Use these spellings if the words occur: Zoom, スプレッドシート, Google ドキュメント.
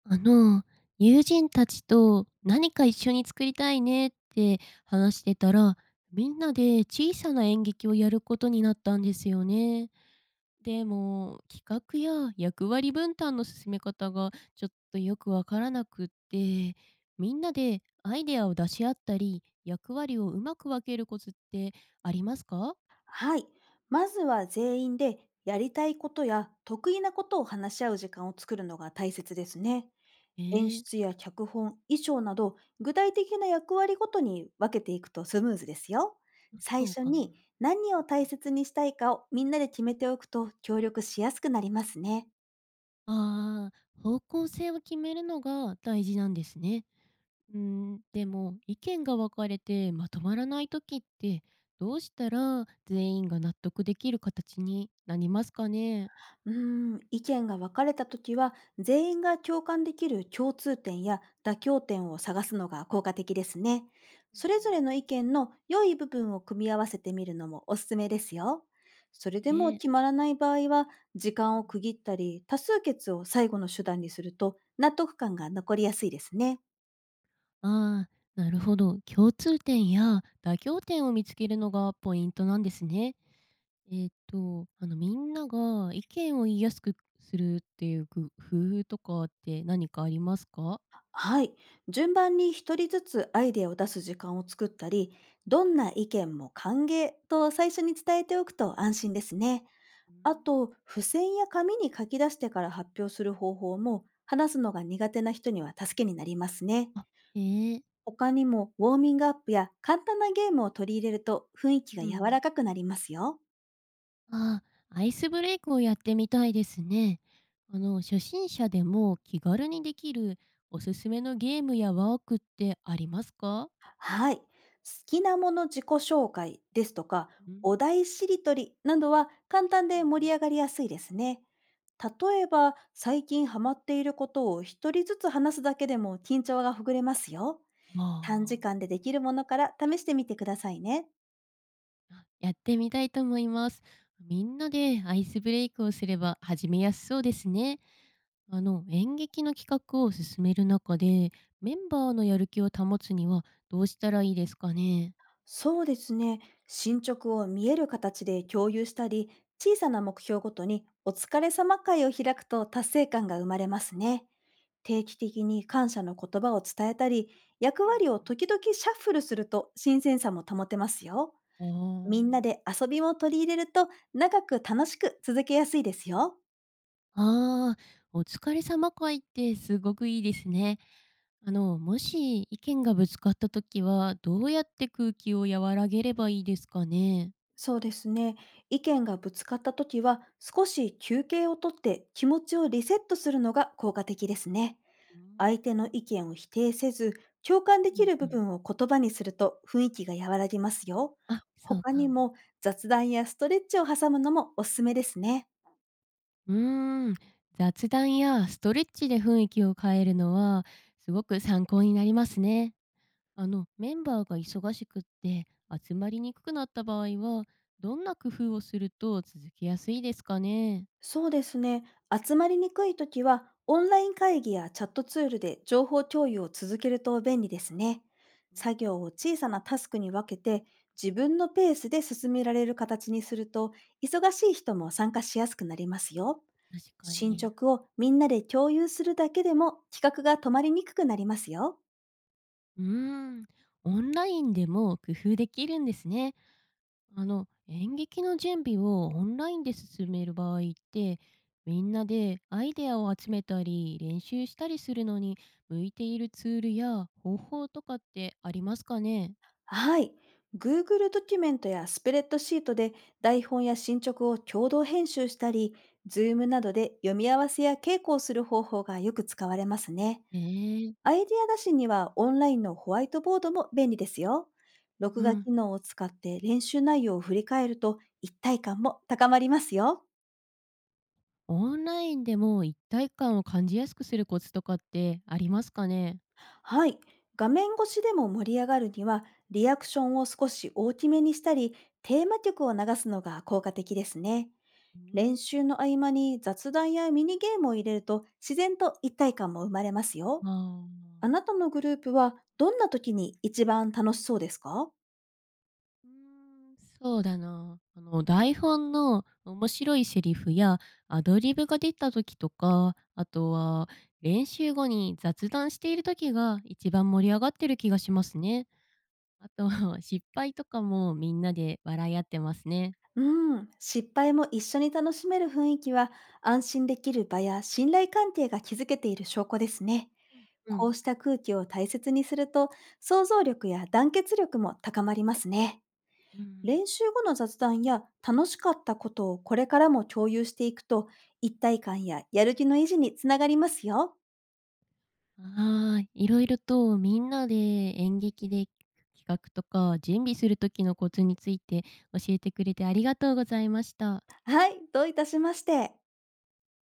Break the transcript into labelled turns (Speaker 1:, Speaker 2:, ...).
Speaker 1: あの、友人たちと何か一緒に作りたいねって話してたら、みんなで小さな演劇をやることになったんですよね。でも、企画や役割分担の進め方がちょっとよくわからなくって、みんなでアイデアを出し合ったり、役割をうまく分けるコツってありますか？
Speaker 2: はい。まずは全員でやりたいことや得意なことを話し合う時間を作るのが大切ですね。
Speaker 1: え
Speaker 2: 演
Speaker 1: ー、
Speaker 2: 出や脚本、衣装など具体的な役割ごとに分けていくとスムーズですよ。
Speaker 1: そ
Speaker 2: 最
Speaker 1: う
Speaker 2: 初
Speaker 1: かも。
Speaker 2: に何を大切にしたいかをみんなで決めておくと協力しやすくなりますね。
Speaker 1: ああ、方向性を決めるのが大事なんですね。うん、でも意見が分かれてまとまらない時ってどうしたら全員が納得できる形になりますかね？
Speaker 2: うーん、意見が分かれたときは、全員が共感できる共通点や妥協点を探すのが効果的ですね。
Speaker 1: う
Speaker 2: それぞ
Speaker 1: ん。
Speaker 2: れの意見の良い部分を組み合わせてみるのもおすすめですよ。それで
Speaker 1: ね
Speaker 2: も
Speaker 1: え。
Speaker 2: 決まらない場合は、時
Speaker 1: うんう
Speaker 2: 間を
Speaker 1: ん。
Speaker 2: 区切ったり、多数決を最後の手段にすると、納得感が残りやすいですね。
Speaker 1: ああ、なるほど。共通点や妥協点を見つけるのがポイントなんですね。みんなが意見を言いやすくするっていう工夫とかって何かありますか？
Speaker 2: はい。順番に一人ずつアイデアを出す時間を作ったり、どんな意見も歓迎と最初に伝えておくと安心ですね。
Speaker 1: う
Speaker 2: あ
Speaker 1: ん。
Speaker 2: と、付箋や紙に書き出してから発表する方法も、話すのが苦手な人には助けになりますね。
Speaker 1: あ、へえ。
Speaker 2: 他にも、ウォーミングアップや簡単なゲームを取り入れると雰囲気が
Speaker 1: う
Speaker 2: 柔
Speaker 1: ん。
Speaker 2: らかくなりますよ。
Speaker 1: ああ、アイスブレイクをやってみたいですね。初心者でも気軽にできるおすすめのゲームやワークってありますか？
Speaker 2: はい。好きなもの自己紹介ですとか、
Speaker 1: うん、
Speaker 2: お題しりとりなどは簡単
Speaker 1: う
Speaker 2: で
Speaker 1: んう
Speaker 2: 盛
Speaker 1: ん。
Speaker 2: り上がりやすいですね。例えば、最近ハマっていることを一人ずつ話すだけでも緊張がほぐれますよ。短
Speaker 1: あ
Speaker 2: 時間でできるものから試してみてくださいね。
Speaker 1: あ、やってみたいと思います。みんなでアイスブレイクをすれば始めやすそうですね。演劇の企画を進める中で、メンバーのやる気を保つにはどうしたらいいですかね？
Speaker 2: そうですね。進捗を見える形で共有したり、小さな目標ごとにお疲れ様会を開くと達成感が生まれますね。定期的に感謝の言葉を伝えたり、役
Speaker 1: うん。
Speaker 2: 割を時々シャッフルすると新鮮さも保てますよ。
Speaker 1: ああ
Speaker 2: みんな
Speaker 1: ー。
Speaker 2: で遊びも取り入れると長く楽しく続けやすいですよ。
Speaker 1: ああ、お疲れ様会ってすごくいいですね。もし意見がぶつかった時は、どうやって空気を和らげればいいですかね？
Speaker 2: そうですね。意見がぶつかった時は少し休憩をとって気持ちをリセットするのが効果的ですね。
Speaker 1: うーん。
Speaker 2: 相手の意見を否定せず、共感で
Speaker 1: う
Speaker 2: き
Speaker 1: ん
Speaker 2: る
Speaker 1: う
Speaker 2: 部
Speaker 1: ん。
Speaker 2: 分を言葉にすると雰囲気が和らぎますよ。
Speaker 1: あ、そう
Speaker 2: 他
Speaker 1: か
Speaker 2: に
Speaker 1: も。
Speaker 2: も、雑談やストレッチを挟むのもおすすめですね。
Speaker 1: うーん、雑談やストレッチで雰囲気を変えるのはすごく参考になりますね。メンバーが忙しくって集まりにくくなった場合は、どんな工夫をすると続けやすいですかね？
Speaker 2: そうですね。集まりにくいときは、オンライン会議やチャットツールで情報共有を続けると便利ですね。
Speaker 1: う
Speaker 2: 作
Speaker 1: ん。
Speaker 2: 業を小さなタスクに分けて、自分のペースで進められる形にすると、忙しい人も参加しやすくなりますよ。
Speaker 1: 確か
Speaker 2: 進
Speaker 1: に。
Speaker 2: 捗をみんなで共有するだけでも企画が止まりにくくなりますよ。
Speaker 1: うーん、オンラインでも工夫できるんですね。演劇の準備をオンラインで進める場合って、みんなでアイデアを集めたり、練習したりするのに向いているツールや方法とかってありますかね？
Speaker 2: はい。Google ドキュメントやスプレッドシートで台本や進捗を共同編集したり、
Speaker 1: う
Speaker 2: Zoom
Speaker 1: ん。
Speaker 2: などで読み合わせや稽古をする方法がよく使われますね。
Speaker 1: えー
Speaker 2: アイディア出しにはオンラインのホワイトボードも便利ですよ。
Speaker 1: う
Speaker 2: 録画
Speaker 1: ん。
Speaker 2: 機能を使って練習内容を振り返ると一体感も高まりますよ。
Speaker 1: オンラインでも一体感を感じやすくするコツとかってありますかね？
Speaker 2: はい。画面越しでも盛り上がるには、リアクションを少し大きめにしたり、テーマ曲を流すのが効果的ですね。
Speaker 1: う
Speaker 2: 練
Speaker 1: ん。
Speaker 2: 習の合間に雑談やミニゲームを入れると、自然と一体感も生まれますよ。
Speaker 1: あ
Speaker 2: あな
Speaker 1: あ。
Speaker 2: たのグループは、どんな時に一番楽しそうですか？
Speaker 1: うーん、そうだな。台本の面白いセリフやアドリブが出た時とか、あとは練習後に雑談している時が一番盛り上がってる気がしますね。あとは 失敗とかもみんなで笑い合ってますね。
Speaker 2: うん、失敗も一緒に楽しめる雰囲気は安心できる場や信頼関係が築けている証拠ですね。
Speaker 1: う
Speaker 2: こ
Speaker 1: ん。
Speaker 2: うした空気を大切にすると想像力や団結力も高まりますね。
Speaker 1: うん。
Speaker 2: 練習後の雑談や楽しかったことをこれからも共有していくと一体感ややる気の維持につながりますよ。
Speaker 1: ああ、いろいろとみんなで演劇で企画とか準備する時のコツについて教えてくれてありがとうございました。
Speaker 2: はい、どういたしまして。